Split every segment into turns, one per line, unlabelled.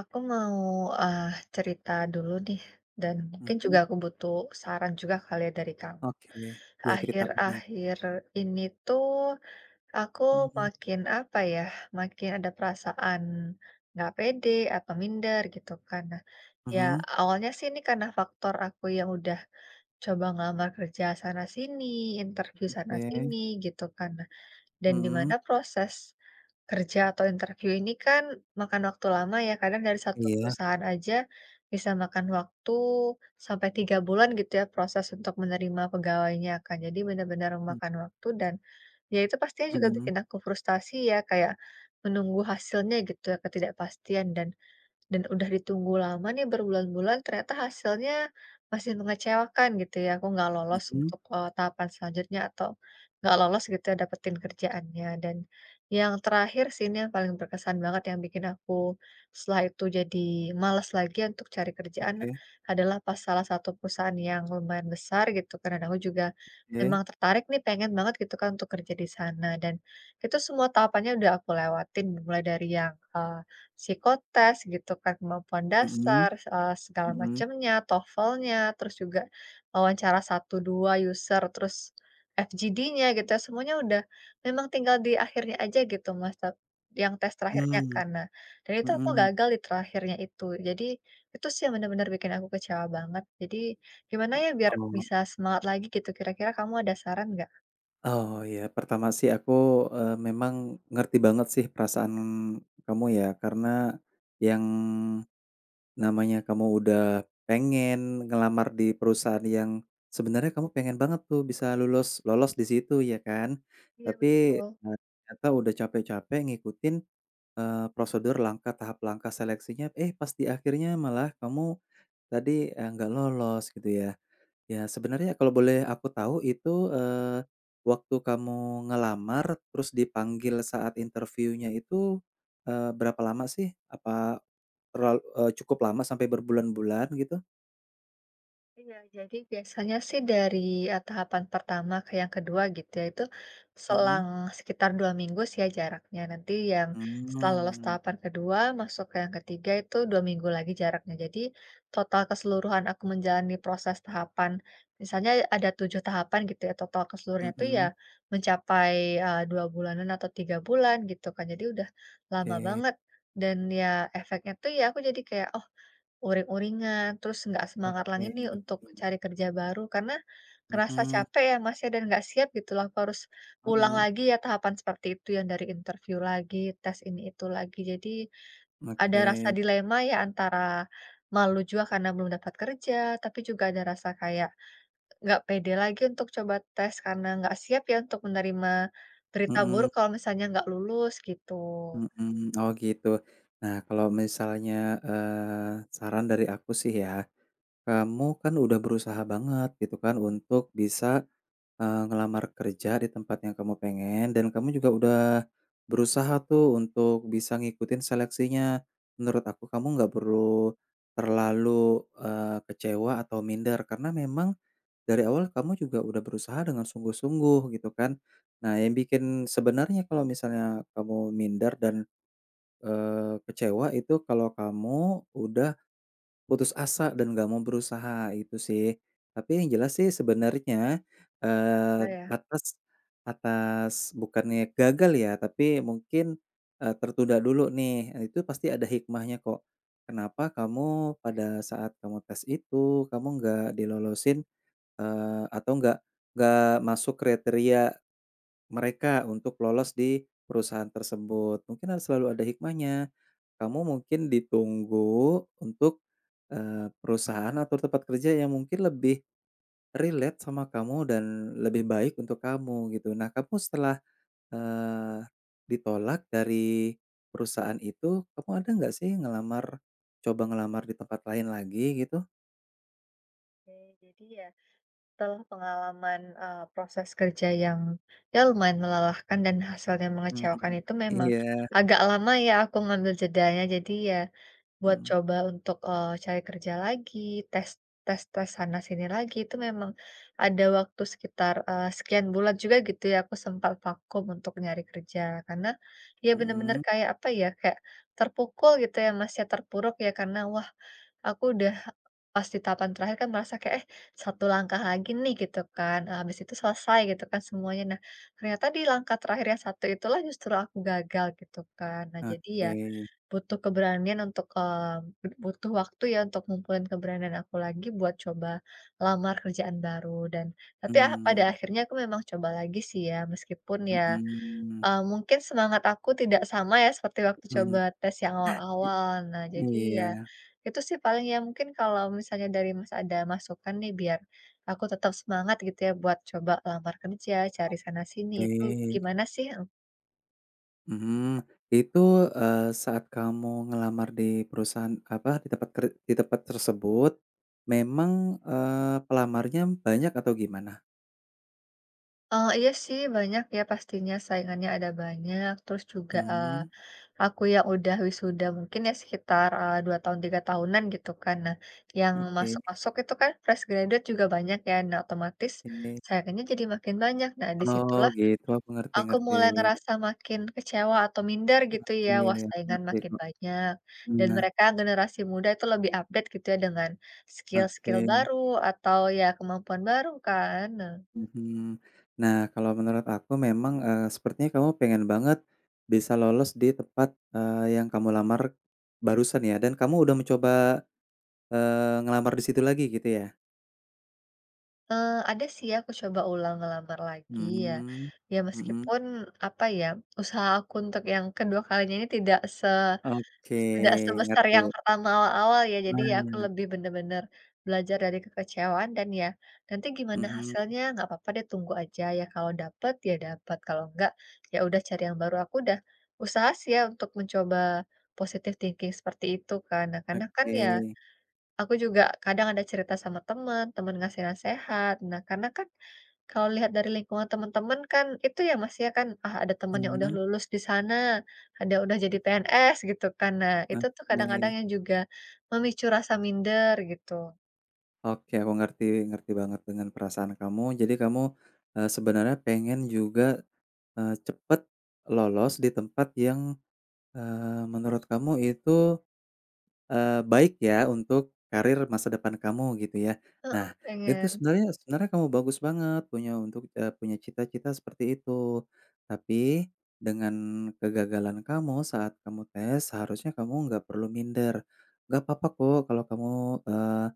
Aku mau, eee, cerita dulu nih dan mungkin juga
Mhm,
aku butuh saran juga kali ya dari kamu.
oke. Ya cerita apa nih?
Akhir-akhir ini tuh aku
Mhm,
makin, apa ya, makin ada perasaan nggak pede atau minder gitu kan. Nah, ya
mhm,
awalnya sih ini karena faktor aku yang udah coba ngelamar kerja sana sini, interview sana
oke,
sini gitu kan. Nah, dan di
mhm,
mana proses kerja atau interview ini kan makan waktu lama ya, kadang dari satu
iya,
perusahaan aja bisa makan waktu sampai 3 bulan gitu ya proses untuk menerima pegawainya kan. Jadi benar-benar
mhm
memakan waktu dan ya itu pastinya juga
mhm
bikin aku frustasi ya, kayak menunggu hasilnya gitu ya, ketidakpastian dan udah ditunggu lama nih berbulan-bulan ternyata hasilnya masih mengecewakan gitu ya, aku nggak lolos
mhm,
untuk, tahapan selanjutnya atau nggak lolos gitu ya dapetin kerjaannya. Dan yang terakhir sih ini yang paling berkesan banget yang bikin aku setelah itu jadi malas lagi untuk cari kerjaan
oke
adalah pas salah satu perusahaan yang lumayan besar gitu karena aku juga
oke,
memang tertarik nih pengen banget gitu kan untuk kerja di sana dan itu semua tahapannya udah aku lewatin mulai dari yang, psikotes gitu kan, kemampuan
mhm
dasar, segala
mhm,
macamnya, TOEFL-nya, terus juga wawancara satu 2 user, terus FGD-nya gitu ya, semuanya udah memang tinggal di akhirnya aja gitu, Mas, tap yang tes terakhirnya
mmm,
karena dan itu aku
mhm,
gagal di terakhirnya itu. Jadi itu sih yang benar-benar bikin aku kecewa banget. Jadi gimana ya biar
oh
bisa semangat lagi gitu, kira-kira kamu ada saran nggak?
oh ya pertama sih aku, memang ngerti banget sih perasaan kamu ya karena yang namanya kamu udah pengen ngelamar di perusahaan yang sebenarnya kamu pengen banget tuh bisa lulus lolos di situ ya kan.
Iya,
Tapi,
betul.
eee, ternyata udah capek-capek ngikutin, prosedur langkah tahap langkah seleksinya, eh, pas di akhirnya malah kamu tadi, nggak lolos gitu ya. Ya sebenarnya kalau boleh aku tahu itu, waktu kamu ngelamar terus dipanggil saat interviewnya itu, berapa lama sih? Apa terlalu cukup lama sampai berbulan-bulan gitu?
Iya, jadi biasanya sih dari, tahapan pertama ke yang kedua gitu ya, itu
Mhm,
selang sekitar 2 minggu sih ya jaraknya. Nanti yang setelah lolos
mmm,
tahapan kedua, masuk ke yang ketiga itu 2 minggu lagi jaraknya. Jadi total keseluruhan aku menjalani proses tahapan misalnya ada 7 tahapan gitu ya, total keseluruhannya itu ya
mhm,
mencapai, 2 bulanan atau 3 bulan gitu kan. Jadi udah lama
oke
banget dan ya efeknya tuh ya aku jadi kayak, "Oh, uring-uringan, terus nggak semangat
oke,
lagi nih untuk cari kerja baru karena ngerasa
mhm
capek ya, Mas, ya, dan nggak siap gitu loh, aku harus ulang
mhm,
lagi ya tahapan seperti itu yang dari interview lagi, tes ini itu lagi. Jadi ada
oke,
rasa dilema ya antara malu juga karena belum dapat kerja, tapi juga ada rasa kayak nggak pede lagi untuk coba tes karena nggak siap ya untuk menerima berita buruk
mhm
kalau misalnya nggak lulus gitu,
mhm, oh gitu. Nah kalau misalnya, saran dari aku sih ya, kamu kan udah berusaha banget gitu kan untuk bisa ngelamar kerja di tempat yang kamu pengen dan kamu juga udah berusaha tuh untuk bisa ngikutin seleksinya. Menurut aku kamu nggak perlu terlalu, kecewa atau minder karena memang dari awal kamu juga udah berusaha dengan sungguh-sungguh gitu kan. Nah yang bikin sebenarnya kalau misalnya kamu minder dan, kecewa itu kalau kamu udah putus asa dan nggak mau berusaha, itu sih. Tapi yang jelas sih sebenarnya, eee,
saya.
atas atas bukannya gagal ya, tapi mungkin, tertunda dulu nih, itu pasti ada hikmahnya kok. Kenapa kamu pada saat kamu tes itu, kamu nggak dilolosin, atau nggak masuk kriteria mereka untuk lolos di perusahaan tersebut. Mungkin harus selalu ada hikmahnya. Kamu mungkin ditunggu untuk, perusahaan atau tempat kerja yang mungkin lebih relate sama kamu dan lebih baik untuk kamu gitu. Nah, kamu setelah, eee, ditolak dari perusahaan itu, kamu ada nggak sih coba ngelamar di tempat lain lagi gitu?
Oke, jadi ya setelah pengalaman, proses kerja yang ya lumayan melelahkan dan hasilnya
Mmm,
mengecewakan itu memang
iya,
agak lama ya aku ngambil jedanya. Jadi ya buat
mmm,
coba untuk, cari kerja lagi, tes tes-tes sana sini lagi, itu memang ada waktu sekitar, sekian bulan juga gitu ya, aku sempat vakum untuk nyari kerja. Karena, ya bener-bener
mhm,
kayak apa ya, kayak terpukul gitu ya, Mas, ya, terpuruk ya karena, wah aku udah pas di tahapan terakhir kan merasa kayak, "Eh, satu langkah lagi nih," gitu kan, habis itu selesai gitu kan semuanya. Nah, ternyata di langkah terakhir yang satu itulah justru aku gagal gitu kan. Nah, jadi ya
oke,
Butuh keberanian untuk, eee, butuh waktu ya untuk ngumpulin keberanian aku lagi buat coba lamar kerjaan baru dan tapi ah pada
mmm,
akhirnya aku memang coba lagi sih ya, meskipun ya,
mhm,
mungkin semangat aku tidak sama ya seperti waktu coba
mhm.
tes yang awal-awal. Nah jadi ya,
Iya,
itu sih paling ya mungkin kalau misalnya dari Mas ada masukan nih biar aku tetap semangat gitu ya buat coba lamar kerja, cari sana sini, itu
oke,
gimana sih?
mhm, itu, saat kamu ngelamar di perusahaan apa, di tempat ker di tempat tersebut, memang, pelamarnya banyak atau gimana?
Iya sih banyak ya pastinya saingannya ada banyak, terus juga,
Mmm,
aku yang udah wisuda mungkin ya sekitar, 2 tahun, 3 tahunan gitu kan. Nah, yang
oke
masuk-masuk itu kan fresh graduate juga banyak ya. Nah, otomatis
oke.
saingannya jadi makin banyak. Nah,
Oh
disitulah
gitu, aku ngerti
aku
ngerti.
mulai ngerasa makin kecewa atau minder gitu
Oke,
ya, wah
aku
saingan
ngerti
makin
kok.
banyak dan
Nah,
mereka generasi muda itu lebih update gitu ya dengan
oke,
skill-skill baru atau ya kemampuan baru kan. Nah,
mhm. Nah, kalau menurut aku memang, sepertinya kamu pengen banget bisa lolos di tempat, yang kamu lamar barusan ya, dan kamu udah mencoba ngelamar di situ lagi gitu ya?
Ada sih ya, aku coba ulang ngelamar lagi ya.
Mmm,
Ya
mhm,
meskipun, apa ya, usaha aku untuk yang kedua kalinya ini
oke,
tidak sebesar
ngerti.
yang pertama awal-awal ya. Jadi ya aku
Nah,
lebih bener-bener belajar dari kekecewaan dan ya nanti gimana
mhm,
hasilnya nggak apa-apa deh, tunggu aja ya. Kalau dapet, ya dapet, kalau enggak, ya udah cari yang baru. Aku udah usaha sih ya untuk mencoba positive thinking seperti itu kan. Nah, karena kan
oke,
ya aku juga kadang ada cerita sama teman, teman ngasih nasehat. Nah, karena kan kalau lihat dari lingkungan teman-teman kan itu ya Mas ya kan, ah ada teman yang udah
mhm,
lulus di sana, ada udah jadi PNS gitu kan. Nah, itu tuh kadang-kadang
oke.
yang juga memicu rasa minder gitu.
Oke, aku ngerti ngerti banget dengan perasaan kamu. Jadi kamu, sebenarnya pengen juga, cepet lolos di tempat yang, eee, menurut kamu itu baik ya untuk karir masa depan kamu gitu ya.
Heeh,
Nah, itu
pengen
sebenarnya sebenarnya kamu bagus banget punya cita-cita seperti itu. Tapi dengan kegagalan kamu saat kamu tes, seharusnya kamu nggak perlu minder. Nggak apa-apa kok kalau kamu, eee,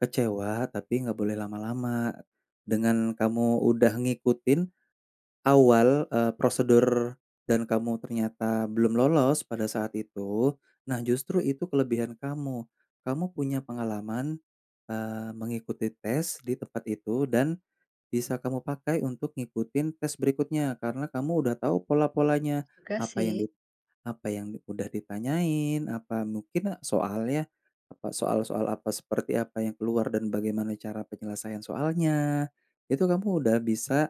kecewa, tapi nggak boleh lama-lama. Dengan kamu udah ngikutin awal, prosedur dan kamu ternyata belum lolos pada saat itu, nah justru itu kelebihan kamu. Kamu punya pengalaman, mengikuti tes di tempat itu dan bisa kamu pakai untuk ngikutin tes berikutnya karena kamu udah tahu pola-polanya,
juga
apa
sih,
yang di apa yang udah ditanyain, apa mungkin soalnya, apa soal-soal apa, seperti apa yang keluar dan bagaimana cara penyelesaian soalnya, itu kamu udah bisa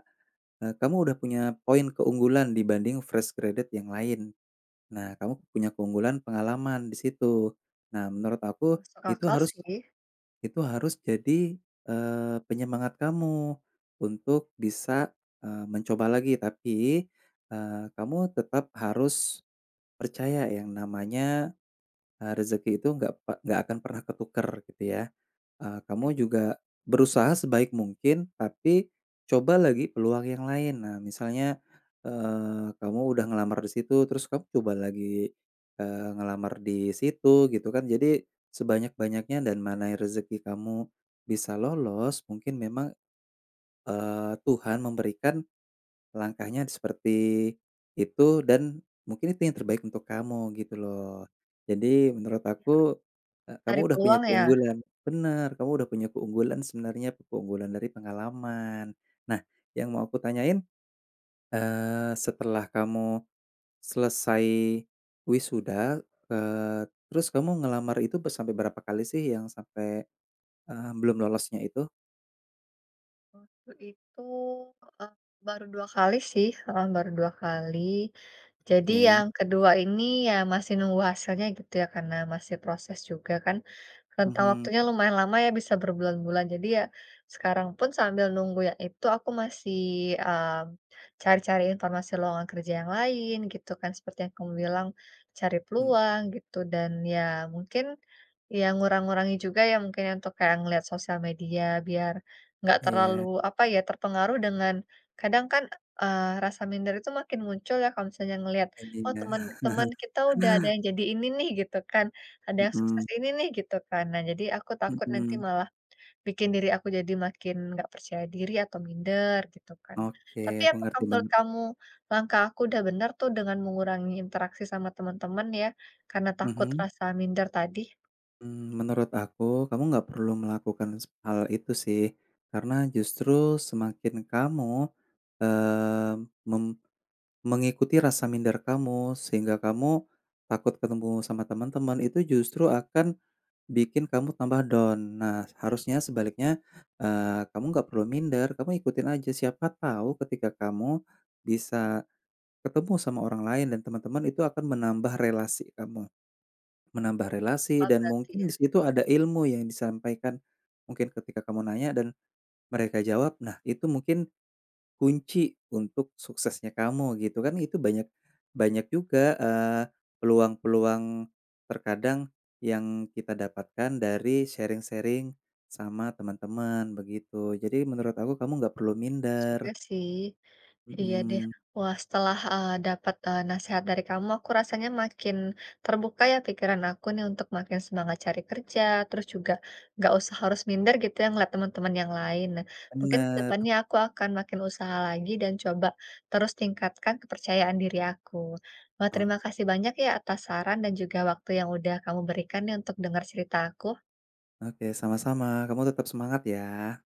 Eee, kamu udah punya poin keunggulan dibanding fresh graduate yang lain. Nah, kamu punya keunggulan pengalaman di situ. Nah, menurut aku
masuk
itu
akal
harus
sih.
itu harus jadi, penyemangat kamu untuk bisa, mencoba lagi. Tapi, kamu tetap harus percaya yang namanya, rezeki itu nggak akan pernah ketukar gitu ya. Kamu
Jadi
juga berusaha sebaik mungkin, tapi coba lagi peluang yang lain. Nah, misalnya, kamu udah ngelamar di situ, terus kamu coba lagi, ngelamar di situ gitu kan. Jadi sebanyak-banyaknya dan mana rezeki kamu bisa lolos, mungkin memang, Tuhan memberikan langkahnya seperti itu dan mungkin itu yang terbaik untuk kamu gitu loh. Jadi menurut
harus
aku, kamu
cari
udah punya
peluang ya.
keunggulan benar, kamu udah punya keunggulan sebenarnya, keunggulan dari pengalaman. Nah, yang mau aku tanyain, setelah kamu selesai wisuda, eee, terus kamu ngelamar itu sampai berapa kali sih yang sampai, belum lolosnya itu?
Itu, eee, baru 2 kali sih, heeh, baru 2 kali. Jadi
Oke.
yang kedua ini ya masih nunggu hasilnya gitu ya, karena masih proses juga kan. Rentang
Mhm,
waktunya lumayan lama ya, bisa berbulan-bulan. Jadi ya sekarang pun sambil nunggu yang itu aku masih, mmm, cari-cari informasi lowongan kerja yang lain gitu kan, seperti yang kamu bilang, cari
mmm,
peluang gitu. Dan ya mungkin ya ngurang-ngurangi juga ya mungkin ya untuk kayak ngeliat sosial media biar nggak terlalu,
iya,
apa ya, terpengaruh dengan kadang kan, rasa minder itu makin muncul ya kalau misalnya ngelihat,
kayak
"Oh,
gini ya,
teman-teman kita udah ada yang jadi ini nih," gitu kan, "ada yang sukses
mhm,
ini nih," gitu kan. Nah, jadi aku takut nanti
mhm.
malah bikin diri aku jadi makin nggak percaya diri atau minder gitu kan.
Oke,
Tapi
aku
apakah
ngerti
menurut
banget.
kamu langkah aku udah benar tuh dengan mengurangi interaksi sama teman-teman ya, karena takut
Mhm.
rasa minder tadi?
Mmm, menurut aku, kamu nggak perlu melakukan hal itu sih, karena justru semakin kamu, eee, mem mengikuti rasa minder kamu, sehingga kamu takut ketemu sama teman-teman, itu justru akan bikin kamu tambah down. Nah, harusnya sebaliknya, kamu nggak perlu minder, kamu ikutin aja, siapa tahu ketika kamu bisa ketemu sama orang lain dan teman-teman, itu akan menambah relasi kamu. Menambah relasi
Oh,
dan
berarti
mungkin
ya.
di situ ada ilmu yang disampaikan, mungkin ketika kamu nanya dan mereka jawab, nah itu mungkin kunci untuk suksesnya kamu gitu kan itu banyak banyak juga, peluang-peluang terkadang yang kita dapatkan dari sharing-sharing sama teman-teman begitu. Jadi menurut aku kamu nggak perlu
Bener
minder,
juga sih. Iya deh.
mhm,
Wah, setelah, dapat, nasihat dari kamu, aku rasanya makin terbuka ya pikiran aku nih untuk makin semangat cari kerja, terus juga nggak usah harus minder gitu ya ngeliat teman-teman yang lain. Nah, mungkin ke
bener.
depannya aku akan makin usaha lagi dan coba terus tingkatkan kepercayaan diri aku. Wah,
O
terima kasih banyak ya atas saran dan juga waktu yang udah kamu berikan nih untuk dengar cerita aku.
oke sama-sama, kamu tetap semangat ya.